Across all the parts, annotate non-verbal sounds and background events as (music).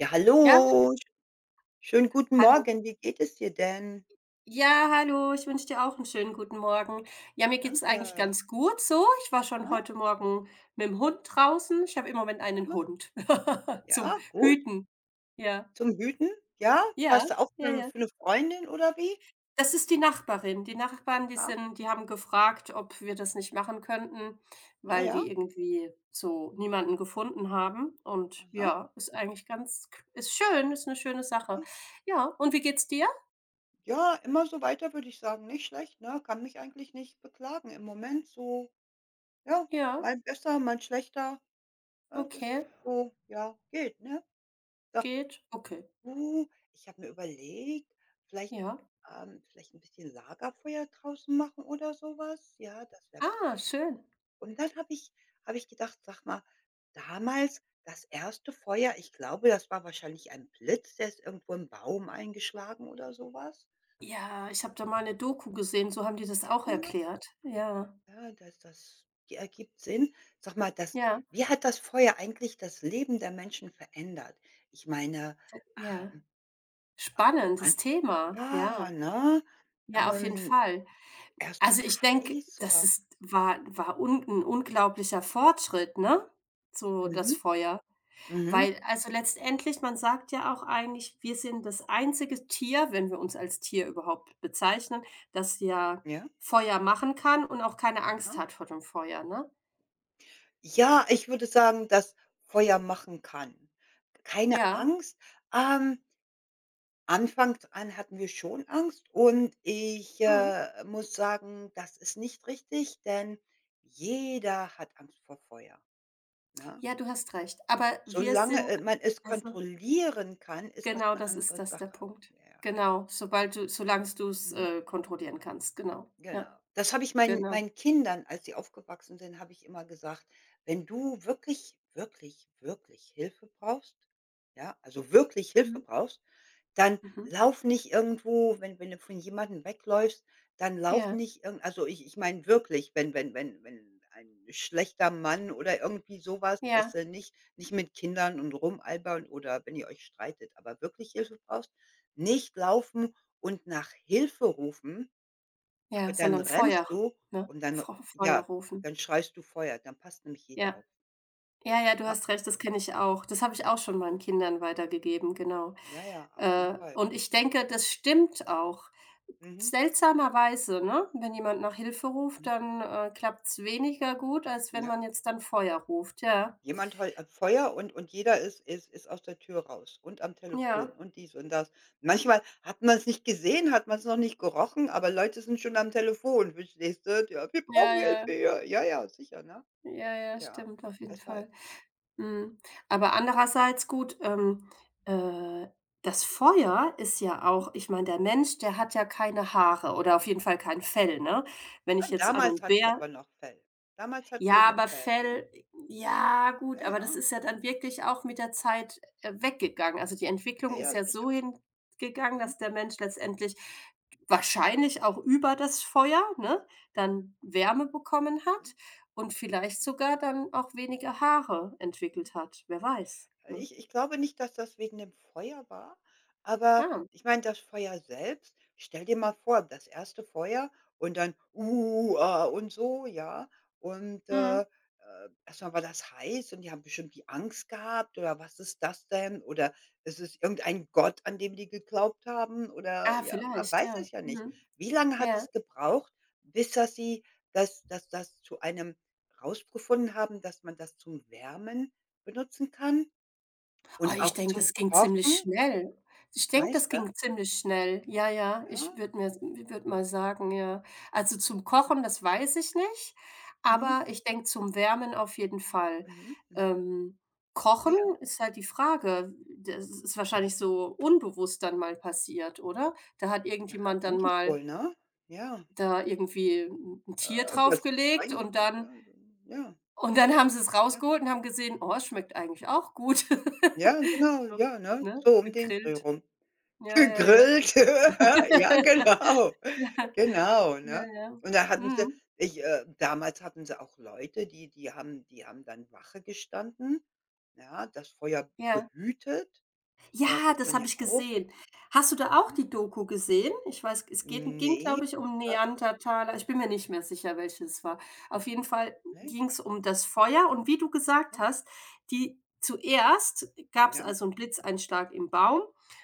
Ja, Ja, hallo, schönen guten hallo. Morgen. Wie geht es dir denn? Ja, hallo, ich wünsche dir auch einen schönen guten Morgen. Ja, mir geht's Danke. eigentlich ganz gut so. Ich war schon Ja, heute Morgen mit dem Hund draußen. Ich habe im Moment einen hallo. Hund (laughs) zum Ja, gut. Hüten. Ja, Zum Hüten? Ja? ja, Passt auf ja, für ja. 'Ne Freundin oder wie? Das ist die Nachbarin. Die Nachbarn, Aha. Die haben gefragt, ob wir das nicht machen könnten, Ja, weil die ja. irgendwie so niemanden gefunden haben. Und Aha, ja, ist eigentlich ganz ist schön, ist eine schöne Sache. ja. Ja, und wie geht's dir? Ja, immer so weiter, würde ich sagen. Nicht schlecht, ne? Kann mich eigentlich nicht beklagen im Moment so. Ja, Ja, mal besser, mal schlechter. Ja, das ist okay, so, ja, geht, ne? geht, okay. Uh, Ich habe mir überlegt, vielleicht Ja. Vielleicht ein bisschen Lagerfeuer draußen machen oder sowas. Ja, das wär. Ah, schön. Und dann habe ich gedacht: „Sag mal, damals das erste Feuer, ich glaube, das war wahrscheinlich ein Blitz, der ist irgendwo im Baum eingeschlagen oder sowas. Ja, ich habe da mal eine Doku gesehen, so haben die das Ja. auch erklärt. Ja, Ja, das ergibt Sinn. Sag mal, das ja, wie hat das Feuer eigentlich das Leben der Menschen verändert? Ich meine, ja. ähm, Spannendes Anfang Thema. ja, Ja, ne? ja, auf jeden Ähm, Fall. erst Also, war's ich denke, heiß das oder ist war war un ein unglaublicher Fortschritt, ne? So mhm, das Feuer. mhm, Weil also, letztendlich, man sagt ja auch eigentlich, wir sind das einzige Tier, wenn wir uns als Tier überhaupt bezeichnen, das ja ja, Feuer machen kann und auch keine Angst hat vor dem Feuer, ne? ja, ich würde sagen, dass Feuer machen kann. Keine Ja, Angst. Ähm, anfangs an hatten wir schon Angst und ich, mhm. Muss sagen, das ist nicht richtig, denn jeder hat Angst vor Feuer, ne? Ja, du hast recht. Aber wir Solange, sind man es also, kontrollieren kann, ist das genau, eine das ist andere das der Sache. Punkt. Ja, ja. Genau, sobald du solang's du's, Mhm. Kontrollieren kannst, genau. Ja, Genau. Das habe ich meinen genau. meinen Kindern, als sie aufgewachsen sind, habe ich immer gesagt: „Wenn du wirklich, wirklich, wirklich Hilfe brauchst, ja, also wirklich Hilfe Mhm, brauchst, dann mhm. lauf nicht irgendwo wenn du von jemandem wegläufst, dann lauf Ja, nicht irgend“ also ich meine wirklich, wenn ein schlechter Mann oder irgendwie sowas was, weißt ja, du, nicht mit Kindern und rumalbern oder wenn ihr euch streitet, aber wirklich Hilfe brauchst, nicht laufen und nach Hilfe rufen, ja, und dann sondern Feuer, rennst du ne? und dann Feuer ja, rufen. dann schreist du Feuer, dann passt nämlich jeder Ja. auf. Ja, ja, du Ja, hast recht, das kenne ich auch. Das habe ich auch schon meinen Kindern weitergegeben, genau. ja, ja, auf jeden Äh, Fall. und ich denke, das stimmt auch. Mhm, Seltsamerweise, ne, wenn jemand nach Hilfe ruft, mhm, dann, klappt's weniger gut, als wenn ja. man jetzt dann Feuer ruft, ja. Jemand heult Feuer und jeder ist aus der Tür raus und am Ja, Telefon und dies und das. Manchmal hat man es nicht gesehen, hat man es noch nicht gerochen, aber Leute sind schon am Telefon, verstehst du? „Ja, wir ja, brauchen ja, Hilfe hier.“ Ja, ja, sicher, ne? ja, ja, Ja, stimmt, auf jeden deshalb. Fall. Mhm. Aber andererseits gut, äh, das Feuer ist ja auch, ich meine, der Mensch, der hat ja keine Haare oder auf jeden Fall kein Fell, ne? Wenn Ah, ich jetzt an damals einen hatten wir aber Bär. noch Fell. Damals hatten wir Ja, noch aber Fell, ne? Fell, ja Ja, gut, aber das ja, ist ja dann wirklich auch mit der Zeit, weggegangen. Also, die Entwicklung ja, ist ja, ja sicher. so hingegangen, Mhm, dass der Mensch letztendlich wahrscheinlich auch über das Feuer, ne, dann Wärme bekommen ja. hat und vielleicht sogar dann auch weniger Haare entwickelt hat. Wer weiß, ne? Ich glaube nicht, dass das wegen dem Feuer war, aber Ah, ich meine, das Feuer selbst stell dir mal vor, das erste Feuer und dann ah“ und so, ja? Und, mhm. Erst war das heiß und die haben bestimmt die Angst gehabt oder was ist das denn? Oder es ist es irgendein Gott, an dem die geglaubt haben oder Ah, ja, man vielleicht, weiß ja. es ja nicht. Mhm. Wie lange hat Ja. es gebraucht, bis dass sie das das das zu einem rausgefunden haben, dass man das zum Wärmen benutzen kann? Oh, Und ich auch denke, zum das ging ziemlich Kochen, schnell. Ich denke, weißt das du? ging ziemlich schnell. Ja, ja, Ja. ich würde mal sagen, ja. Also, zum Kochen, das weiß ich nicht, Mhm. aber ich denke, zum Wärmen auf jeden Fall. Mhm. Mhm. Ähm, Ja, Kochen ja. ist halt die Frage. Das ist wahrscheinlich so unbewusst dann mal passiert, oder? Da hat Ja, irgendjemand dann denke ich mal wohl, ne? Ja. da irgendwie ein Äh, Tier was ist draufgelegt eigentlich? und dann Ja, ja. Haben sie's Ja, rausgeholt und haben gesehen: „Oh, es schmeckt eigentlich auch gut." ja, (laughs) genau, So, ja, ne? ne, So um den Dreh gegrillt. rum. Ja, ja, ja. Gegrillt. (laughs) Ja, (laughs) genau. (unintelligible) Genau, Ja, ne? ja. Und da hatten sie Mhm. Damals hatten sie auch Leute, die haben dann Wache gestanden, ja, das Feuer Ja. behütet, ja, Ja, was das man habe ja ich auch, gesehen. Hast du da auch ne? die Doku gesehen? Ich weiß, es geht ging, Ne, glaube ich, um aber Neandertaler. Ich bin mir nicht mehr sicher, welche es war. Auf jeden Fall ne? ging es um das Feuer und wie du gesagt hast, die zuerst gab es Ja, also einen Blitzeinschlag im Baum,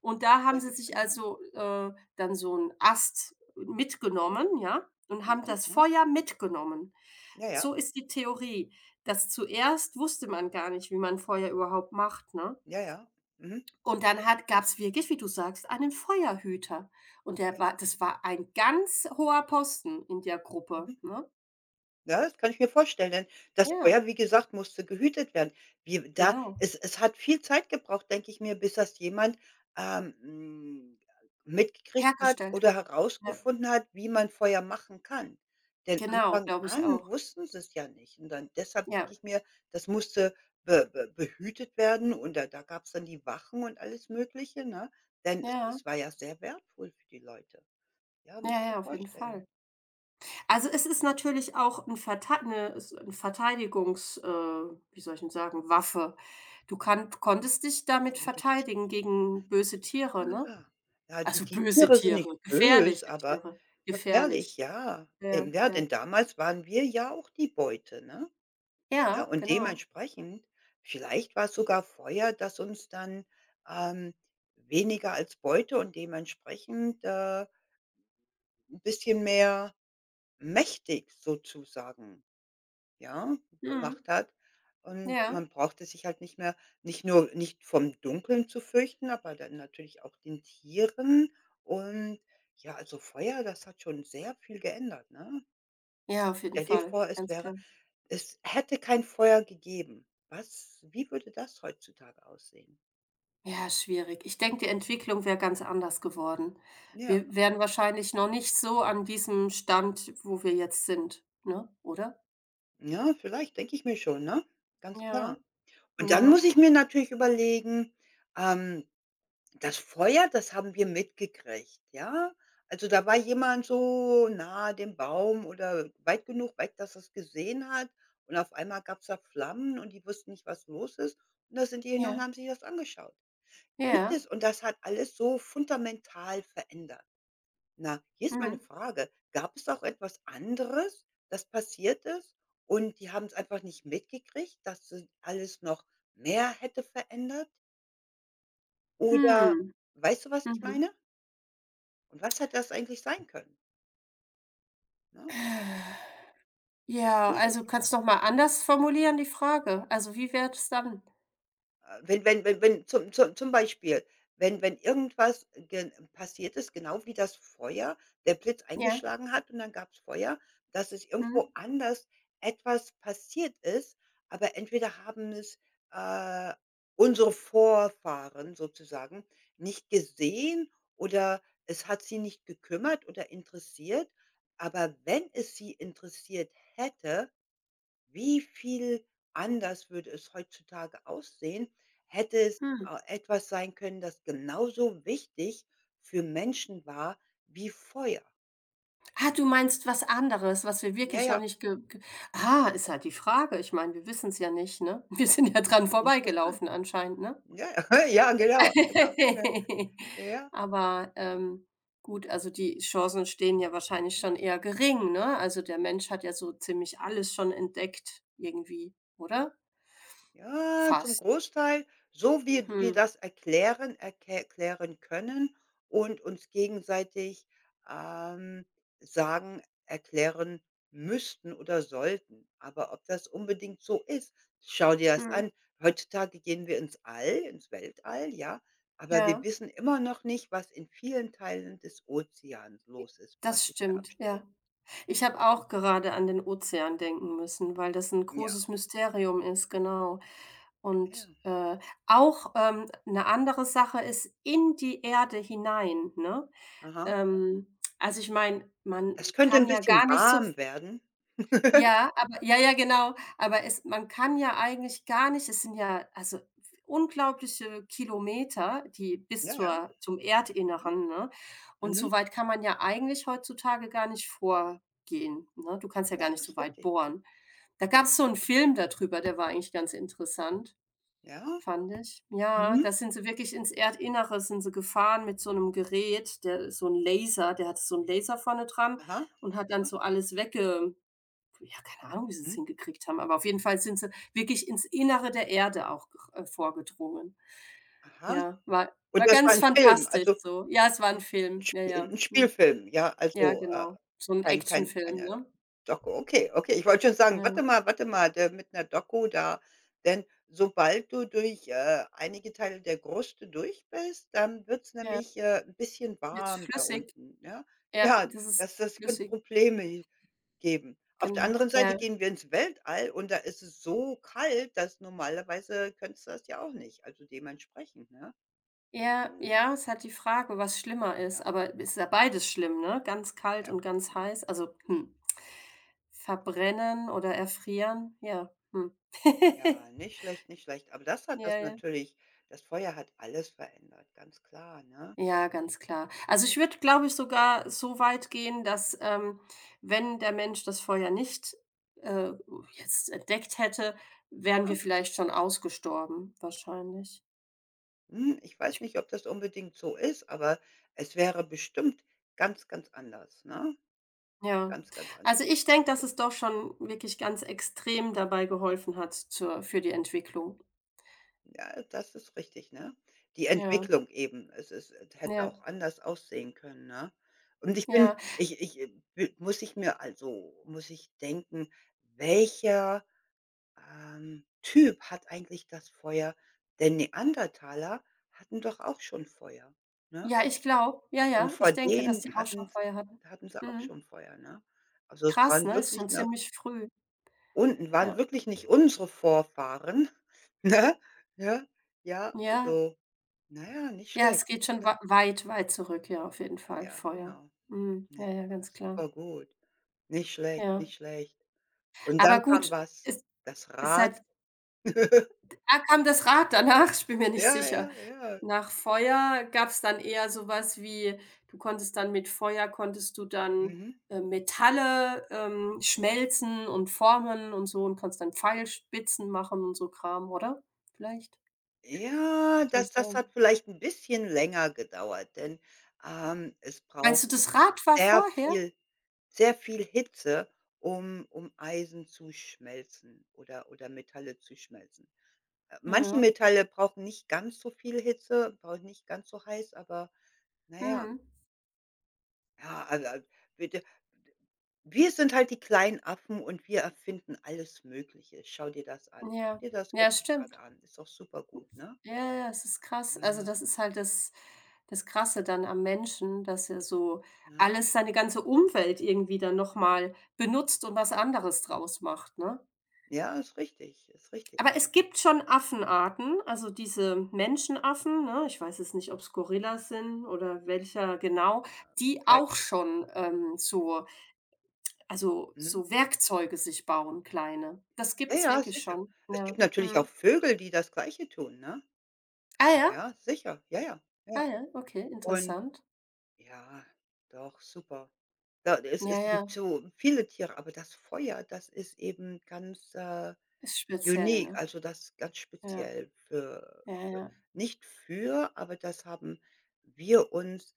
und da bei haben sie sich Gipfeln, ja. also, dann so einen Ast mitgenommen, ja, und haben Mhm, das mhm. Feuer mitgenommen. Ja, ja, So ist die Theorie, dass zuerst wusste man gar nicht, wie man Feuer überhaupt macht, ne? ja, ja. Mhm. Und dann hat gab's wirklich, wie du sagst, einen Feuerhüter. Und Ja, der war ja. das war ein ganz hoher Posten in der Gruppe, Mhm. ne? Ja, das kann ich mir vorstellen, denn das Ja, Feuer, wie gesagt, musste gehütet werden. Wir da genau. Es hat viel Zeit gebraucht, denke ich mir, bis das jemand, ähm, hm, mitgekriegt hat Hergestellt hat. oder Ja, herausgefunden hat, wie man Feuer machen kann. Denn genau, Anfang glaube ich an auch. wussten sie es ja nicht. Und dann deshalb denke Ja, ich mir, das musste be be behütet werden und da gab es dann die Wachen und alles Mögliche, ne? Denn ja, es war ja sehr wertvoll für die Leute. Ja, muss ja, ich mir ja, auf jeden vorstellen, Fall. ne? Also, es ist natürlich auch 'n Verteidigungs, wie soll ich denn sagen, Waffe. Du kann konntest dich damit Die die verteidigen Tiere. gegen böse Tiere, ne? Ja, ja, die Also, die böse Tiere sind nicht Tiere, böse, gefährliche aber Tiere, gefährlich, gefährlich. ja. Ja, Ja, ja. denn damals waren wir ja auch die Beute, ne? Ja, Ja, und genau. dementsprechend vielleicht war's sogar Feuer, das uns dann, ähm, weniger als Beute und dementsprechend, 'n bisschen mehr mächtig sozusagen ja, Mhm. gemacht hat. Und Ja. man brauchte sich halt nicht mehr nicht vom Dunkeln zu fürchten, aber dann natürlich auch den Tieren. Und ja, also Feuer, das hat schon sehr viel geändert, ne? Ja, auf jeden Stell dir Fall, vor, es ganz wäre klar. es hätte kein Feuer gegeben. Was wie würde das heutzutage aussehen? Ja, schwierig. Ich denke, die Entwicklung wäre ganz anders geworden. Ja, Wir wären wahrscheinlich noch nicht so an diesem Stand, wo wir jetzt sind, ne, oder? ja, vielleicht denke ich mir schon, ne? Ganz Ja, klar. Und dann ja, muss ich mir natürlich überlegen, ähm. Das Feuer, das haben wir mitgekriegt, ja? Also, da war jemand so nahe dem Baum oder weit genug weg, dass er's gesehen hat und auf einmal gab's da Flammen und die wussten nicht, was los ist. Und da sind die hin und ja, haben sich das angeschaut. Gibt ja. es und das hat alles so fundamental verändert. Na, hier ist meine Mhm. Frage: Gab es auch etwas anderes, das passiert ist und die haben's einfach nicht mitgekriegt, dass das alles noch mehr hätte verändert? Oder Hm, weißt du, was ich mhm. meine? Und was hätte das eigentlich sein können, ne? Äh, Ja, Schwierig. also kannst du noch mal anders formulieren die Frage. Also, wie wäre es dann? Wenn zum Beispiel, wenn irgendwas gen passiert ist, genau wie das Feuer, der Blitz Ja, eingeschlagen hat und dann gab's Feuer, dass es mhm, irgendwo anders etwas passiert ist, aber entweder haben es, äh, unsere Vorfahren sozusagen nicht gesehen oder es hat sie nicht gekümmert oder interessiert. Aber wenn es sie interessiert hätte. Wie viel anders würde es heutzutage aussehen, hätte es mhm. a etwas sein können, das genauso wichtig für Menschen war wie Feuer. Ah, du meinst was anderes, was wir Ja, wirklich noch ja, nicht ge ge ah, Ist halt die Frage. Ich meine, wir wissen's ja nicht, ne? (laughs) Wir sind ja dran interessant. vorbeigelaufen anscheinend, ne? Ja, (laughs) ja, genau, genau. (laughs) Ja, ja. Aber, gut, also die Chancen stehen ja wahrscheinlich schon eher gering, ne? Also, der Mensch hat ja so ziemlich alles schon entdeckt irgendwie, oder? Ja, zum Fast. Großteil, so wie wir Mhm. das erklären können und uns gegenseitig, ähm, sagen, erklären müssten oder sollten. Aber ob das unbedingt so ist, schau dir das Mhm. an. Heutzutage gehen wir ins All, ins Weltall, ja, aber wir Ja, wissen immer noch nicht, was in vielen Teilen des Ozeans los ist, was das sich da stimmt, ja. abspielt. Ich habe auch gerade an den Ozean denken müssen, weil das 'n Ja, großes Mysterium ist, genau. ja, Und, auch, 'ne andere Sache ist in die Erde hinein, ne? aha. Also, ich meine, man Es könnte ein kann ja bisschen gar nicht so, warm werden. ja, aber ja, ja, genau. Aber es man kann ja eigentlich gar nicht, es sind ja, also, unglaubliche Kilometer, die bis Ja, ja, zur zum mhm. Erdinneren, ne? Und Mhm. so weit kann man ja eigentlich heutzutage gar nicht vorgehen, ne? Du kannst ja Ja, gar nicht so ist weit richtig. bohren. Da gab es so einen Film darüber, der war eigentlich ganz interessant, Ja. fand ich. Ja, Mhm. da sind sie wirklich ins Erdinnere sind sie gefahren mit so einem Gerät, der hatte so einen Laser vorne dran Aha. und hat dann so alles wegge Ja, keine Ahnung, wie sie es Mhm. hingekriegt haben, aber auf jeden Fall sind sie wirklich ins Innere der Erde auch, vorgedrungen. Aha. Ja, war Und war das war ganz 'n Film, fantastisch also so. Ja, es war ein 'n Film. Ja, ja. 'n Mhm. Spielfilm, ja, Ja, also, genau. So ein Actionfilm, keine ne? Doku. Okay, okay. Ich wollte schon sagen, Ja, warte mal, der mit 'ner Doku da. Denn sobald du durch, einige Teile der Kruste durch bist, dann wird's ja. nämlich, 'n bisschen Jetzt warm da flüssig. unten, ne? Ja, Ja, das ist das könnte flüssig. Probleme geben. Auf der Genau, anderen Seite ja. gehen wir ins Weltall und da ist es so kalt, dass normalerweise könntest du das ja auch nicht, also dementsprechend, ne? Ja, Mhm. ja, es hat die Frage, was schlimmer ist, Ja, aber es ist ja beides schlimm, ne? Ganz kalt ja, und ganz ja. heiß. Also, hm. Verbrennen oder erfrieren? Ja, hm. (laughs) Ja, nicht schlecht, nicht schlecht. Aber das hat Ja, das ja. natürlich das Feuer hat alles verändert, ganz klar, ne? Ja, ganz klar. Also, ich würde, glaube ich, sogar so weit gehen, dass, wenn der Mensch das Feuer nicht, äh, jetzt entdeckt hätte, wären Ah, wir vielleicht schon ausgestorben, wahrscheinlich. hm, ich weiß Ich nicht, ob das unbedingt so ist, aber es wäre bestimmt ganz, ganz anders, ne? ja. Ganz, ganz anders. Also, ich denke, dass es doch schon wirklich ganz extrem dabei geholfen hat, zur für die Entwicklung. Ja, das ist richtig, ne? Die Ja, Entwicklung eben. Es ist es hätte ja, auch anders aussehen können, ne? Und ich bin ja. ich ich, wi muss ich mir also muss ich denken, welcher, Typ hat eigentlich das Feuer? Denn Neandertaler hatten doch auch schon Feuer, ne? Ja, ich glaube ja, Und ja, vor ich denke, dass denen die auch schon Feuer hatten. hatten sie auch Mhm. schon Feuer, ne? Also, es Krass, waren ne? Ist wirklich schon 'ne ziemlich früh. unten waren Ja. wirklich nicht unsere Vorfahren, (laughs) ne? Ja, ja, Ja. so. Naja, nicht Ja, es schlecht, geht nicht schon schlecht. weit, weit zurück, ja, auf jeden Fall, Ja, Feuer. genau. Mhm. Ja, Ja, ja, ganz klar. super gut. Nicht schlecht, Ja. nicht schlecht. Und dann Aber kam gut, was? es Das ist halt Rad. (laughs) ah, kam das Rad danach? (laughs) Ich bin mir nicht Ja, sicher. ja, ja. Nach Feuer gab's dann eher sowas wie, du konntest dann mit Feuer konntest du dann, Mhm. Metalle, schmelzen und formen und so und konntest dann Pfeilspitzen machen und so Kram, oder? Vielleicht Ja, diese das hat vielleicht ein bisschen länger gedauert, denn, es meinst braucht du, das Rad war sehr vorher? viel sehr viel Hitze, um Eisen zu schmelzen oder Metalle zu schmelzen. Manche Ja. Metalle brauchen nicht ganz so viel Hitze, brauchen nicht ganz so heiß, aber naja, Mhm. ja, ja, also bitte wir sind halt die kleinen Affen und wir erfinden alles Mögliche. Schau dir das an. Guck Ja. dir das Ja, heutzutage stimmt. an. Ist doch super gut, ne? Ja, ja, es ist krass. Also, Ja, das ist halt das Krasse dann am Menschen, dass er so ja. alles seine ganze Umwelt irgendwie dann noch mal benutzt und was anderes draus macht, ne? Ja, ist richtig, ist richtig. Aber es gibt schon Affenarten, also diese Menschenaffen, ne? Ich weiß jetzt nicht, ob es Gorillas sind oder welcher genau, die auch Private, schon, also, mhm. so Werkzeuge sich bauen, kleine. Das Ja, gibt's ja, wirklich sicher. schon, Es gibt ja. natürlich auch Mhm. Vögel, die das Gleiche tun, ne? Ah ja? Ja, sicher. Ja, ja, ja. Ah ja, okay, Und interessant. ja, doch, super. Da es Ja, gibt ja. so viele Tiere, aber das Feuer, das ist eben ganz, Ist speziell, unique, ne? also das ganz Ja, speziell für ja, für ja. nicht für, aber das haben wir uns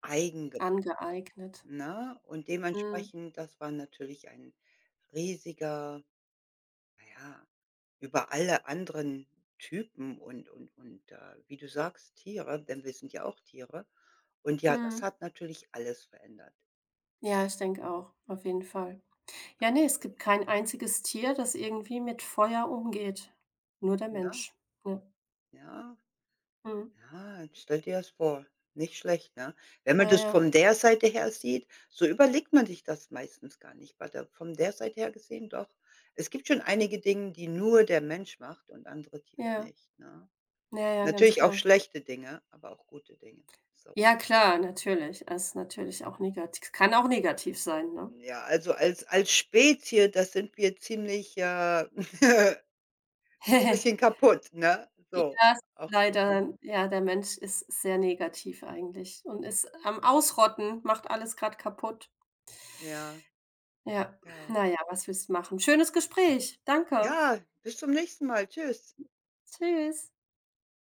eigen gemacht, Angeeignet. ne? Und Mhm. dementsprechend, das war natürlich ein riesiger. Na ja, über alle anderen Typen und wie du sagst, Tiere, denn wir sind ja auch Tiere. Und ja, das Mhm. hat natürlich alles verändert. Ja, ich denke auch, auf jeden Fall. Ja, ne, es gibt kein einziges Tier, das irgendwie mit Feuer umgeht. Nur der Ja, Mensch. Ja. ja, Mhm. ja, jetzt stell dir das vor. Nicht schlecht, ne? Wenn Ja, man das ja, von der Seite her sieht, so überlegt man sich das meistens gar nicht. Aber da von der Seite her gesehen doch. Es gibt schon einige Dinge, die nur der Mensch macht und andere Tiere ja. nicht, ne? Ja, ja, ganz Natürlich auch klar. schlechte Dinge, aber auch gute Dinge, so. Ja, klar, natürlich. Es ist natürlich auch negativ, kann auch negativ sein, ne? Ja, also als Spezie, das sind wir ziemlich, (laughs) (laughs) bisschen kaputt, ne? Ja, So, es ist auch gut. leider, ja, der Mensch ist sehr negativ eigentlich und ist am Ausrotten, macht alles gerade kaputt. Ja, Ja, ja. na ja, was willst du machen? Schönes Gespräch. Danke. Ja, bis zum nächsten Mal. Tschüss. Tschüss.